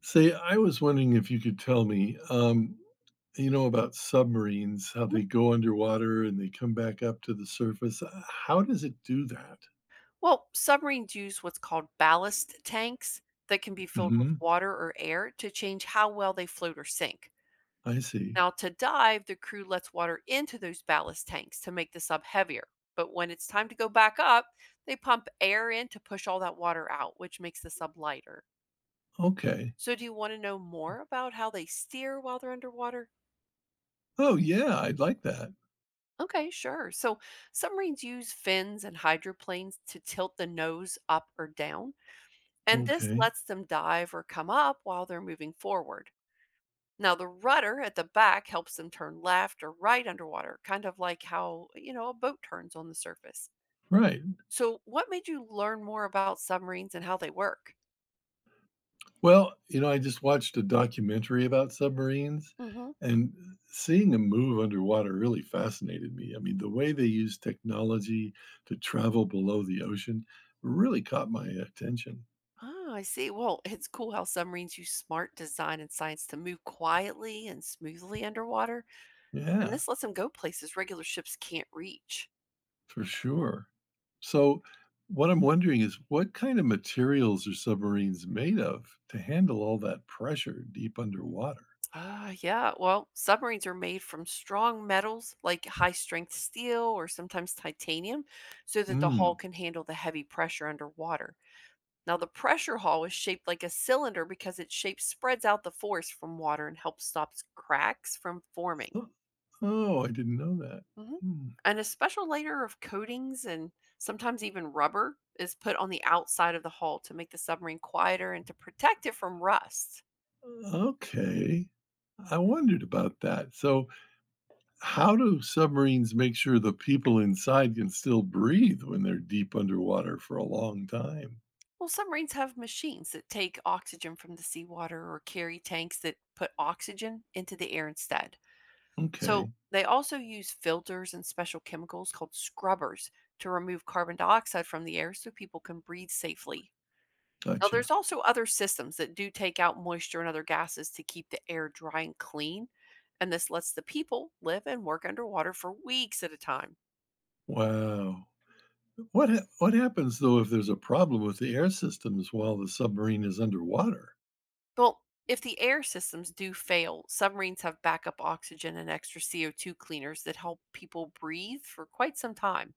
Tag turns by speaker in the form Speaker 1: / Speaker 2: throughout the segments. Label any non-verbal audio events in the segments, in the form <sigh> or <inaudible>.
Speaker 1: Say, I was wondering if you could tell me, about submarines, how
Speaker 2: Mhm.
Speaker 1: they go underwater and they come back up to the surface. How does it do that?
Speaker 2: Well, submarines use what's called ballast tanks that can be filled with
Speaker 1: hmm
Speaker 2: water or air to change how well they float or sink.
Speaker 1: I see.
Speaker 2: Now, to dive, the crew lets water into those ballast tanks to make the sub heavier. But when it's time to go back up, they pump air in to push all that water out, which makes the sub lighter.
Speaker 1: Okay.
Speaker 2: So, do you want to know more about how they steer while they're underwater?
Speaker 1: Oh, yeah, I'd like that.
Speaker 2: Okay, sure. So, submarines use fins and hydroplanes to tilt the nose up or down and this
Speaker 1: Okay.
Speaker 2: lets them dive or come up while they're moving forward. Now, the rudder at the back helps them turn left or right underwater, kind of like how, you know, a boat turns on the surface.
Speaker 1: Right.
Speaker 2: So, what made you learn more about submarines and how they work?
Speaker 1: Well, I just watched a documentary about submarines,
Speaker 2: Hmm.
Speaker 1: and seeing them move underwater really fascinated me. I mean, the way they use technology to travel below the ocean really caught my attention.
Speaker 2: Oh, I see. Well, it's cool how submarines use smart design and science to move quietly and smoothly underwater. And
Speaker 1: Yeah.
Speaker 2: this lets them go places regular ships can't reach.
Speaker 1: For sure. So, what I'm wondering is, what kind of materials are submarines made of to handle all that pressure deep underwater?
Speaker 2: Yeah. Well, submarines are made from strong metals like high strength steel or sometimes titanium so that the
Speaker 1: Hmm.
Speaker 2: hull can handle the heavy pressure underwater. Now, the pressure hull is shaped like a cylinder because its shape spreads out the force from water and helps stop cracks from forming.
Speaker 1: Oh, oh, I didn't know that.
Speaker 2: Mhm.
Speaker 1: Hmm.
Speaker 2: And a special layer of coatings and sometimes even rubber is put on the outside of the hull to make the submarine quieter and to protect it from rust.
Speaker 1: Okay. I wondered about that. So, how do submarines make sure the people inside can still breathe when they're deep underwater for a long time?
Speaker 2: Well, submarines have machines that take oxygen from the seawater or carry tanks that put oxygen into the air instead. So
Speaker 1: Okay.
Speaker 2: they also use filters and special chemicals called scrubbers to remove carbon dioxide from the air so people can breathe safely. Now,
Speaker 1: Gotcha.
Speaker 2: there's also other systems that do take out moisture and other gases to keep the air dry and clean. And this lets the people live and work underwater for weeks at a time.
Speaker 1: Wow. What happens, though, if there's a problem with the air systems while the submarine is underwater?
Speaker 2: Well, if the air systems do fail, submarines have backup oxygen and extra CO2 cleaners that help people breathe for quite some time.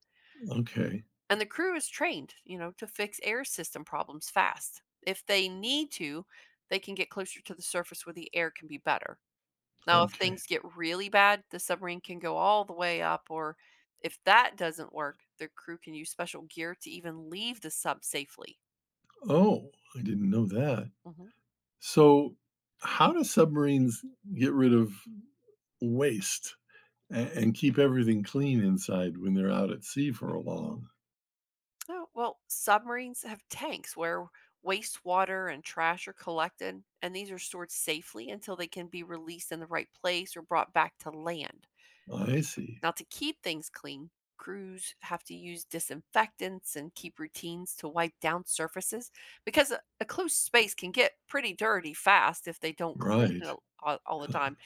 Speaker 1: Okay,
Speaker 2: And the crew is trained, you know, to fix air system problems fast. If they need to, they can get closer to the surface where the air can be better. Now, if
Speaker 1: okay.
Speaker 2: things get really bad, the submarine can go all the way up, or if that doesn't work, the crew can use special gear to even leave the sub safely.
Speaker 1: Oh, I didn't know that.
Speaker 2: Mhm.
Speaker 1: So, how do submarines get rid of waste, a and keep everything clean inside when they're out at sea for a long.
Speaker 2: Oh, well, submarines have tanks where wastewater and trash are collected, and these are stored safely until they can be released in the right place or brought back to land.
Speaker 1: I see.
Speaker 2: Now, to keep things clean, crews have to use disinfectants and keep routines to wipe down surfaces because a closed space can get pretty dirty fast if they don't <laughs> clean
Speaker 1: Right.
Speaker 2: it all the
Speaker 1: <laughs>
Speaker 2: time.
Speaker 1: I'll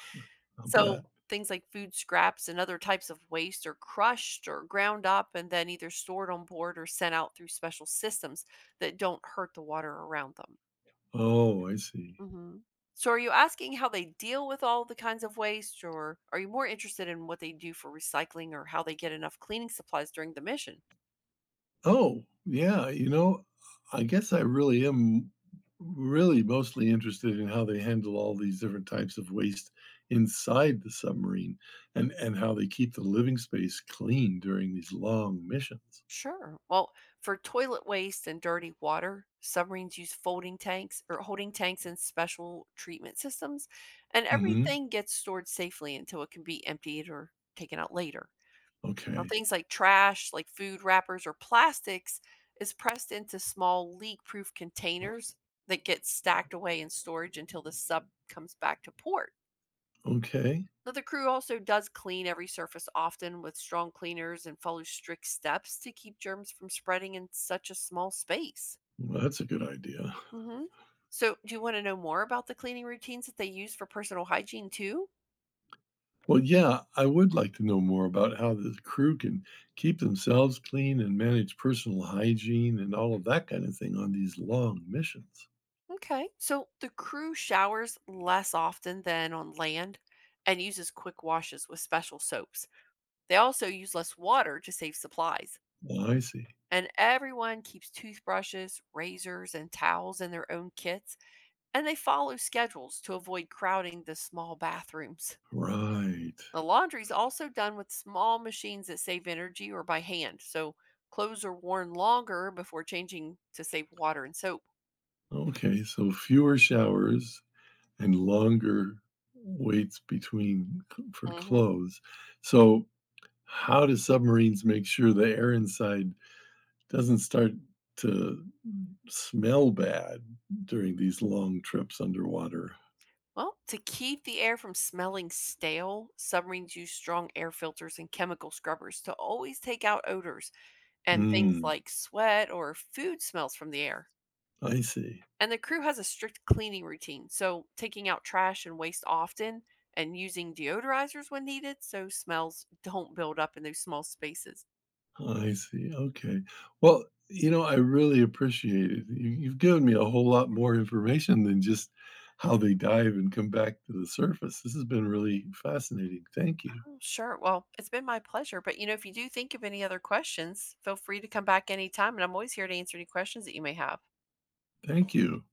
Speaker 1: bet.
Speaker 2: So things like food scraps and other types of waste are crushed or ground up and then either stored on board or sent out through special systems that don't hurt the water around them.
Speaker 1: Oh, I see.
Speaker 2: Hmm. So are you asking how they deal with all the kinds of waste or are you more interested in what they do for recycling or how they get enough cleaning supplies during the mission?
Speaker 1: Oh, yeah, I guess I really am really mostly interested in how they handle all these different types of waste inside the submarine, and how they keep the living space clean during these long missions.
Speaker 2: Sure. Well, for toilet waste and dirty water, submarines use folding tanks or holding tanks and special treatment systems, and
Speaker 1: Mhm.
Speaker 2: everything gets stored safely until it can be emptied or taken out later. Now,
Speaker 1: Okay.
Speaker 2: things like trash, like food wrappers or plastics, is pressed into small leak proof containers that get stacked away in storage until the sub comes back to port.
Speaker 1: Okay.
Speaker 2: Now, the crew also does clean every surface often with strong cleaners and follows strict steps to keep germs from spreading in such a small space.
Speaker 1: Well, that's a good idea.
Speaker 2: Hmm. So, do you want to know more about the cleaning routines that they use for personal hygiene too?
Speaker 1: Well, yeah, I would like to know more about how the crew can keep themselves clean and manage personal hygiene and all of that kind of thing on these long missions.
Speaker 2: Okay. So, the crew showers less often than on land and uses quick washes with special soaps. They also use less water to save supplies.
Speaker 1: Well, I see.
Speaker 2: And everyone keeps toothbrushes, razors, and towels in their own kits and they follow schedules to avoid crowding the small bathrooms.
Speaker 1: Right.
Speaker 2: The laundry's also done with small machines that save energy or by hand, so clothes are worn longer before changing to save water and soap.
Speaker 1: Okay, so fewer showers and longer waits for
Speaker 2: Hmm.
Speaker 1: clothes. So, how do submarines make sure the air inside doesn't start to smell bad during these long trips underwater?
Speaker 2: Well, to keep the air from smelling stale, submarines use strong air filters and chemical scrubbers to always take out odors and things
Speaker 1: Hmm,
Speaker 2: like sweat or food smells from the air.
Speaker 1: I see.
Speaker 2: And the crew has a strict cleaning routine, so taking out trash and waste often and using deodorizers when needed so smells don't build up in those small spaces.
Speaker 1: I see. Okay. Well, I really appreciate it. You've given me a whole lot more information than just how they dive and come back to the surface. This has been really fascinating. Thank you.
Speaker 2: Oh, sure. Well, it's been my pleasure. But, you know, if you do think of any other questions, feel free to come back anytime. And I'm always here to answer any questions that you may have.
Speaker 1: Thank you.